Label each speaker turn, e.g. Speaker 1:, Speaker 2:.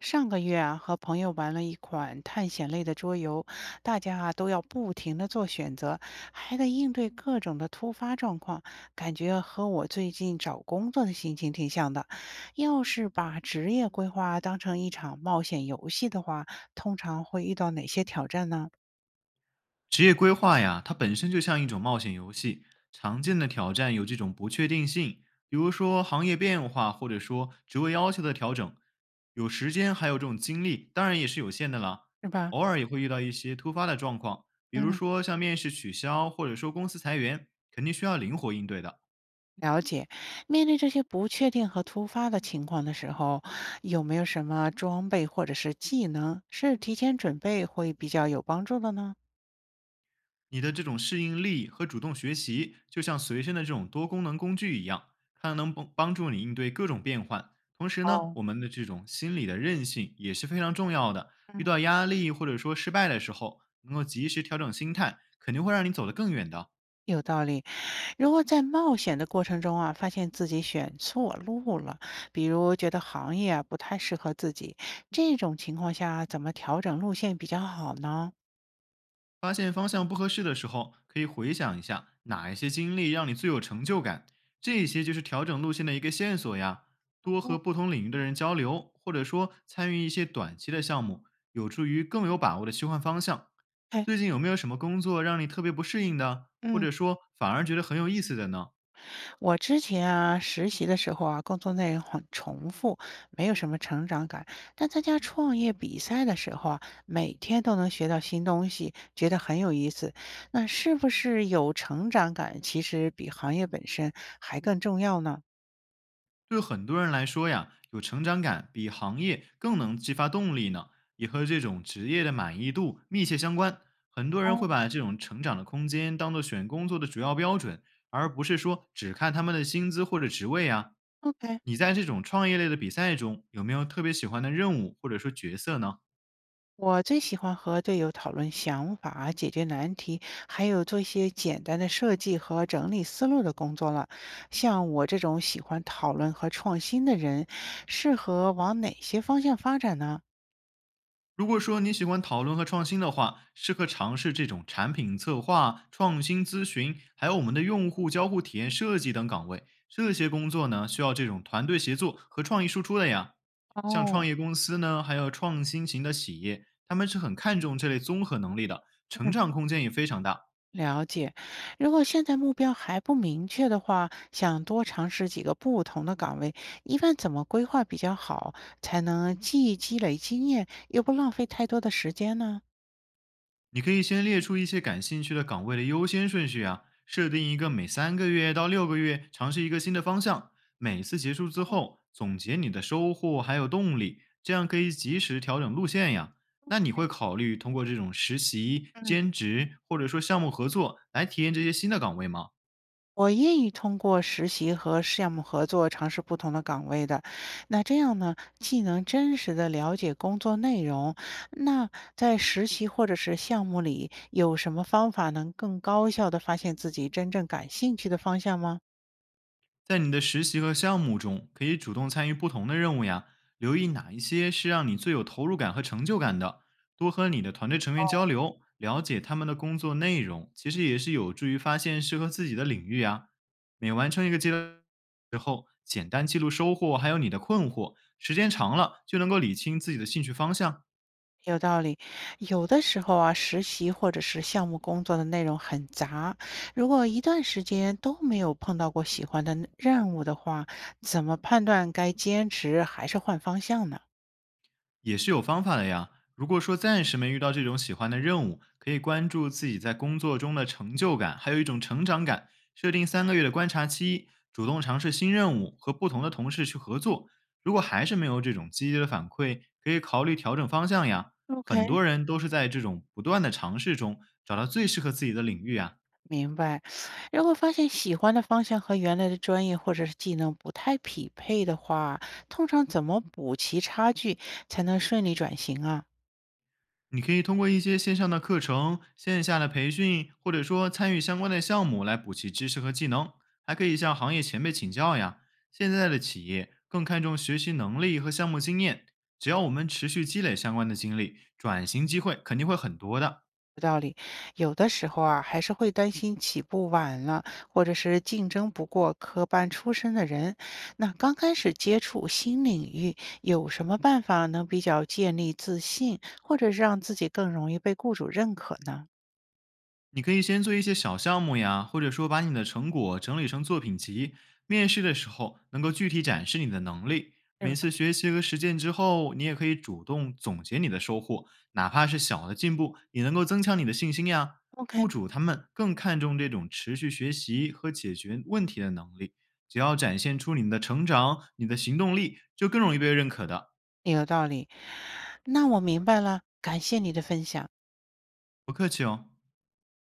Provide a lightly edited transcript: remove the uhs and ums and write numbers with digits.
Speaker 1: 上个月啊，和朋友玩了一款探险类的桌游，大家啊都要不停的做选择，还得应对各种的突发状况，感觉和我最近找工作的心情挺像的。要是把职业规划当成一场冒险游戏的话，通常会遇到哪些挑战呢？
Speaker 2: 职业规划呀，它本身就像一种冒险游戏，常见的挑战有这种不确定性，比如说行业变化，或者说职位要求的调整，有时间还有这种精力，当然也是有限的啦。
Speaker 1: 是吧？
Speaker 2: 偶尔也会遇到一些突发的状况，比如
Speaker 1: 嗯，
Speaker 2: 说像面试取消，或者说公司裁员，肯定需要灵活应对的。
Speaker 1: 了解。面对这些不确定和突发的情况的时候，有没有什么装备或者是技能是提前准备会比较有帮助的呢？
Speaker 2: 你的这种适应力和主动学习，就像随身的这种多功能工具一样，它能帮助你应对各种变换。同时呢，
Speaker 1: 哦，
Speaker 2: 我们的这种心理的韧性也是非常重要的。遇
Speaker 1: 嗯，
Speaker 2: 到压力或者说失败的时候，能够及时调整心态，肯定会让你走得更远的。
Speaker 1: 有道理。如果在冒险的过程中啊，发现自己选错路了，比如觉得行业啊不太适合自己，这种情况下怎么调整路线比较好呢？
Speaker 2: 发现方向不合适的时候，可以回想一下哪一些经历让你最有成就感，这些就是调整路线的一个线索呀。多
Speaker 1: 哦，
Speaker 2: 和不同领域的人交流，或者说参与一些短期的项目，有助于更有把握的切换方向。
Speaker 1: 哎，
Speaker 2: 最近有没有什么工作让你特别不适应的，或
Speaker 1: 嗯，
Speaker 2: 者说反而觉得很有意思的呢？
Speaker 1: 我之前啊实习的时候啊，工作内容很重复，没有什么成长感。但参加创业比赛的时候啊，每天都能学到新东西，觉得很有意思。那是不是有成长感，其实比行业本身还更重要呢？
Speaker 2: 对很多人来说呀，有成长感比行业更能激发动力呢，也和这种职业的满意度密切相关。很多
Speaker 1: 哦
Speaker 2: 人
Speaker 1: 哦
Speaker 2: 会把这种成长的空间当做选工作的主要标准，而不是说只看他们的薪资或者职位啊。
Speaker 1: ，OK，
Speaker 2: 你在这种创业类的比赛中，有没有特别喜欢的任务或者说角色呢？
Speaker 1: 我最喜欢和队友讨论想法、解决难题，还有做一些简单的设计和整理思路的工作了。像我这种喜欢讨论和创新的人，适合往哪些方向发展呢？
Speaker 2: 如果说你喜欢讨论和创新的话，适合尝试这种产品策划、创新咨询，还有我们的用户交互体验设计等岗位。这些工作呢，需要这种团队协作和创意输出的呀。像
Speaker 1: 哦，
Speaker 2: 创业公司呢，还有创新型的企业，他们是很看重这类综合能力的，成
Speaker 1: 嗯，
Speaker 2: 长空间也非常大。
Speaker 1: 了解。如果现在目标还不明确的话，想多尝试几个不同的岗位，一般怎么规划比较好，才能既积累经验，又不浪费太多的时间呢？
Speaker 2: 你可以先列出一些感兴趣的岗位的优先顺序啊，设定一个每三个月到6个月尝试一个新的方向，每次结束之后总结你的收获还有动力，这样可以及时调整路线呀。那你会考虑通过这种实习、兼职或者说项目合作来体验这些新的岗位吗？
Speaker 1: 我愿意通过实习和项目合作尝试不同的岗位的，那这样呢，既能真实的了解工作内容，那在实习或者是项目里，有什么方法能更高效的发现自己真正感兴趣的方向吗？
Speaker 2: 在你的实习和项目中，可以主动参与不同的任务呀，留意哪一些是让你最有投入感和成就感的，多和你的团队成员交流，了解他们的工作内容，其实也是有助于发现适合自己的领域呀。每完成一个阶段之后，简单记录收获，还有你的困惑，时间长了就能够理清自己的兴趣方向。
Speaker 1: 有道理，有的时候啊，实习或者是项目工作的内容很杂，如果一段时间都没有碰到过喜欢的任务的话，怎么判断该坚持还是换方向呢
Speaker 2: 也是有方法的呀。如果说暂时没遇到这种喜欢的任务，可以关注自己在工作中的成就感，还有一种成长感。设定三个月的观察期，主动尝试新任务，和不同的同事去合作。如果还是没有这种积极的反馈，可以考虑调整方向呀。很
Speaker 1: ？OK，
Speaker 2: 多人都是在这种不断的尝试中找到最适合自己的领域啊。
Speaker 1: 明白，如果发现喜欢的方向和原来的专业或者是技能不太匹配的话，通常怎么补齐差距才能顺利转型啊？
Speaker 2: 你可以通过一些线上的课程、线下的培训，或者说参与相关的项目来补齐知识和技能，还可以向行业前辈请教呀。现在的企业更看重学习能力和项目经验，只要我们持续积累相关的经历，转型机会肯定会很多的。
Speaker 1: 有道理，有的时候啊，还是会担心起步晚了，或者是竞争不过科班出身的人。那刚开始接触新领域，有什么办法能比较建立自信，或者是让自己更容易被雇主认可呢？
Speaker 2: 你可以先做一些小项目呀，或者说把你的成果整理成作品集，面试的时候能够具体展示你的能力。
Speaker 1: 是
Speaker 2: 每
Speaker 1: 吧
Speaker 2: 次学习和实践之后，你也可以主动总结你的收获，哪怕是小的进步，也能够增强你的信心呀。
Speaker 1: OK，
Speaker 2: 雇主他们更看重这种持续学习和解决问题的能力，只要展现出你的成长、你的行动力，就更容易被认可的。
Speaker 1: 有道理。那我明白了，感谢你的分享。
Speaker 2: 不客气哦。